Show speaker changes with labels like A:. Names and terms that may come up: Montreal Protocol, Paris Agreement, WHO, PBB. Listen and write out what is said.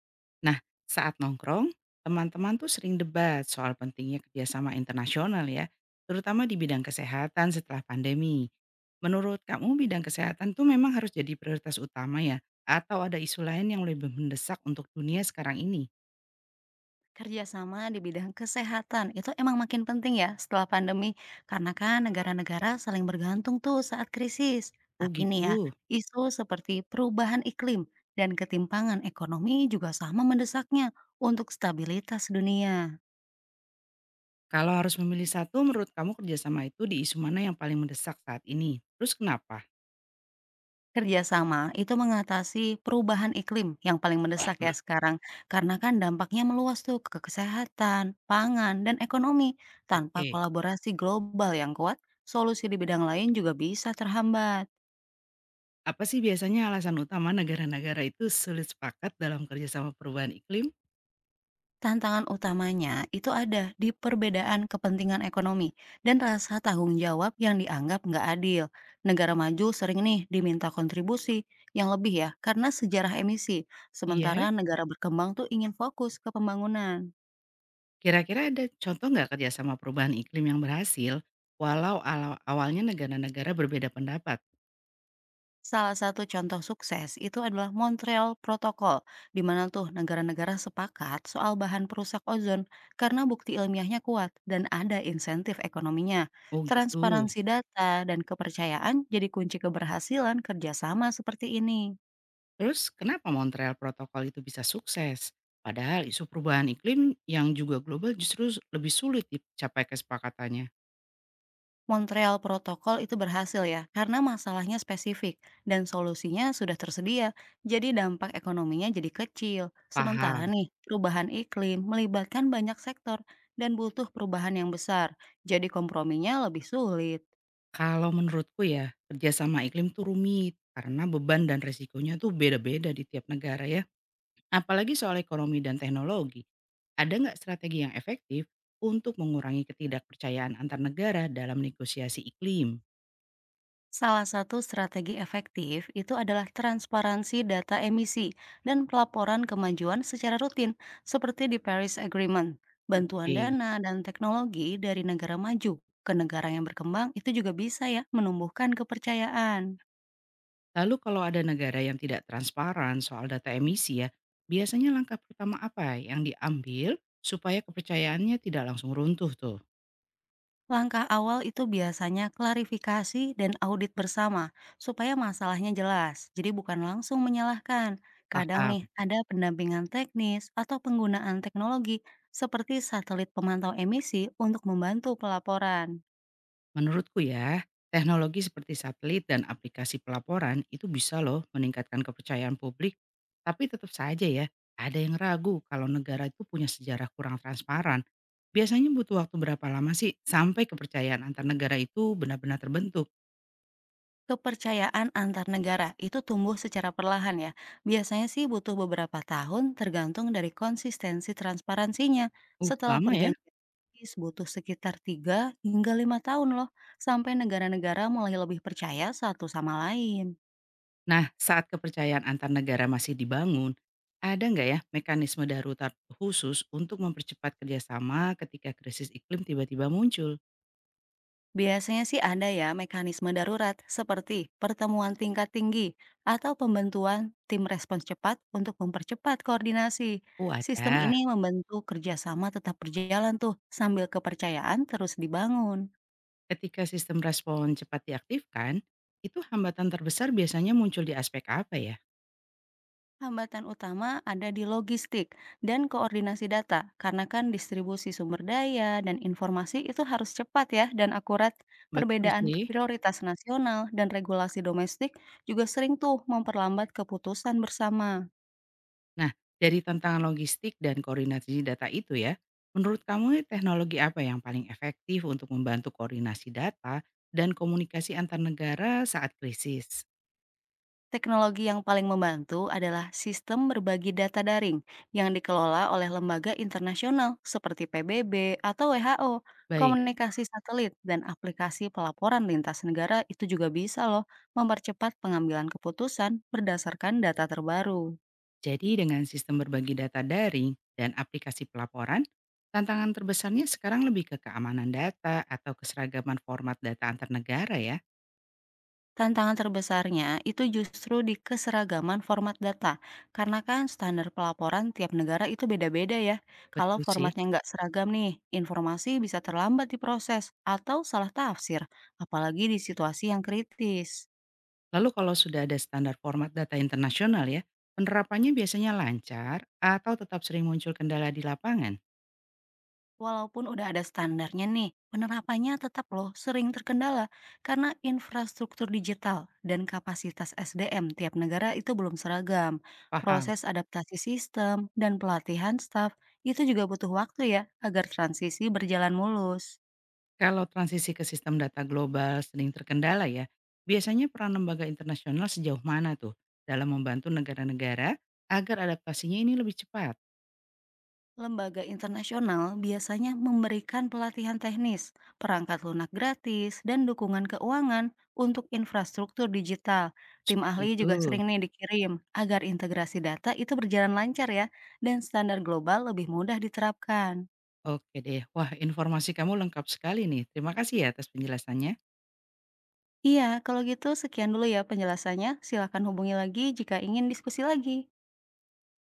A: Nah, saat nongkrong, teman-teman tuh sering debat soal pentingnya kerjasama internasional ya, terutama di bidang kesehatan setelah pandemi. Menurut kamu bidang kesehatan tuh memang harus jadi prioritas utama ya? Atau ada isu lain yang lebih mendesak untuk dunia sekarang ini?
B: Kerjasama di bidang kesehatan itu emang makin penting ya setelah pandemi, karena kan negara-negara saling bergantung tuh saat krisis.
A: Oh
B: Tapi nih ya,
A: gitu.
B: isu seperti perubahan iklim dan ketimpangan ekonomi juga sama mendesaknya untuk stabilitas dunia.
A: Kalau harus memilih satu, menurut kamu kerjasama itu di isu mana yang paling mendesak saat ini? Terus kenapa?
B: Kerjasama itu mengatasi perubahan iklim yang paling mendesak ya sekarang, karena kan dampaknya meluas tuh ke kesehatan, pangan, dan ekonomi. Tanpa
A: Oke,
B: kolaborasi global yang kuat, solusi di bidang lain juga bisa terhambat.
A: apa sih biasanya alasan utama negara-negara itu sulit sepakat dalam kerjasama perubahan iklim?
B: Tantangan utamanya itu ada di perbedaan kepentingan ekonomi dan rasa tanggung jawab yang dianggap nggak adil. Negara maju sering nih diminta kontribusi yang lebih ya karena sejarah emisi, sementara
A: Iya.
B: negara berkembang tuh ingin fokus ke pembangunan.
A: Kira-kira ada contoh nggak kerjasama perubahan iklim yang berhasil, walau awalnya negara-negara berbeda pendapat?
B: Salah satu contoh sukses itu adalah Montreal Protocol, di mana tuh negara-negara sepakat soal bahan perusak ozon karena bukti ilmiahnya kuat dan ada insentif ekonominya.
A: Oh gitu.
B: Transparansi data dan kepercayaan jadi kunci keberhasilan kerjasama seperti ini.
A: Terus kenapa Montreal Protocol itu bisa sukses? Padahal isu perubahan iklim yang juga global justru lebih sulit dicapai kesepakatannya.
B: Montreal Protocol itu berhasil ya, karena masalahnya spesifik dan solusinya sudah tersedia, jadi dampak ekonominya jadi kecil. Sementara
A: Paham.
B: nih, perubahan iklim melibatkan banyak sektor dan butuh perubahan yang besar, jadi komprominya lebih sulit.
A: Kalau menurutku ya, kerjasama iklim tuh rumit. Karena beban dan resikonya tuh beda-beda di tiap negara ya. Apalagi soal ekonomi dan teknologi, ada nggak strategi yang efektif untuk mengurangi ketidakpercayaan antar negara dalam negosiasi iklim?
B: Salah satu strategi efektif itu adalah transparansi data emisi dan pelaporan kemajuan secara rutin, seperti di Paris Agreement. Bantuan
A: Oke.
B: dana dan teknologi dari negara maju ke negara yang berkembang itu juga bisa ya menumbuhkan kepercayaan.
A: Lalu kalau ada negara yang tidak transparan soal data emisi ya, biasanya langkah pertama apa yang diambil supaya kepercayaannya tidak langsung runtuh tuh?
B: Langkah awal itu biasanya klarifikasi dan audit bersama, supaya masalahnya jelas. Jadi bukan langsung menyalahkan. Kadang
A: Paham.
B: nih ada pendampingan teknis atau penggunaan teknologi seperti satelit pemantau emisi untuk membantu pelaporan.
A: Menurutku ya, teknologi seperti satelit dan aplikasi pelaporan itu bisa loh meningkatkan kepercayaan publik. Tapi tetap saja ya, ada yang ragu kalau negara itu punya sejarah kurang transparan. Biasanya butuh waktu berapa lama sih sampai kepercayaan antar negara itu benar-benar terbentuk?
B: Kepercayaan antar negara itu tumbuh secara perlahan ya. Biasanya sih butuh beberapa tahun tergantung dari konsistensi transparansinya. Setelah
A: Lama ya.
B: perjanjian Paris, butuh sekitar 3 hingga 5 tahun loh sampai negara-negara mulai lebih percaya satu sama lain.
A: Nah, saat kepercayaan antar negara masih dibangun, ada nggak ya mekanisme darurat khusus untuk mempercepat kerjasama ketika krisis iklim tiba-tiba muncul?
B: Biasanya sih ada ya mekanisme darurat seperti pertemuan tingkat tinggi atau pembentuan tim respons cepat untuk mempercepat koordinasi.
A: Oh,
B: Sistem
A: ada.
B: ini membantu kerjasama tetap berjalan tuh sambil kepercayaan terus dibangun.
A: Ketika sistem respon cepat diaktifkan, itu hambatan terbesar biasanya muncul di aspek apa ya?
B: Hambatan utama ada di logistik dan koordinasi data karena kan distribusi sumber daya dan informasi itu harus cepat ya dan akurat.
A: Betul
B: Perbedaan
A: sih.
B: prioritas nasional dan regulasi domestik juga sering tuh memperlambat keputusan bersama.
A: Nah, dari tantangan logistik dan koordinasi data itu ya, menurut kamu teknologi apa yang paling efektif untuk membantu koordinasi data dan komunikasi antar negara saat krisis?
B: Teknologi yang paling membantu adalah sistem berbagi data daring yang dikelola oleh lembaga internasional seperti PBB atau WHO.
A: Baik,
B: Komunikasi satelit dan aplikasi pelaporan lintas negara itu juga bisa loh mempercepat pengambilan keputusan berdasarkan data terbaru.
A: jadi dengan sistem berbagi data daring dan aplikasi pelaporan, tantangan terbesarnya sekarang lebih ke keamanan data atau keseragaman format data antar negara ya.
B: Tantangan terbesarnya itu justru di keseragaman format data, karena kan standar pelaporan tiap negara itu beda-beda ya. Kalau
A: Betul sih.
B: formatnya nggak seragam nih, informasi bisa terlambat diproses atau salah tafsir, apalagi di situasi yang kritis.
A: Lalu kalau sudah ada standar format data internasional ya, penerapannya biasanya lancar atau tetap sering muncul kendala di lapangan?
B: Walaupun udah ada standarnya nih, penerapannya tetap loh sering terkendala karena infrastruktur digital dan kapasitas SDM tiap negara itu belum seragam.
A: Paham.
B: Proses adaptasi sistem dan pelatihan staf itu juga butuh waktu ya agar transisi berjalan mulus.
A: Kalau transisi ke sistem data global sering terkendala ya, biasanya peran lembaga internasional sejauh mana tuh dalam membantu negara-negara agar adaptasinya ini lebih cepat?
B: Lembaga internasional biasanya memberikan pelatihan teknis, perangkat lunak gratis, dan dukungan keuangan untuk infrastruktur digital. Tim
A: Seperti
B: ahli
A: itu.
B: juga sering nih dikirim agar integrasi data itu berjalan lancar ya, dan standar global lebih mudah diterapkan.
A: Oke deh. Wah, informasi kamu lengkap sekali nih. Terima kasih ya atas penjelasannya.
B: Iya, kalau gitu sekian dulu ya penjelasannya. Silakan hubungi lagi jika ingin diskusi lagi.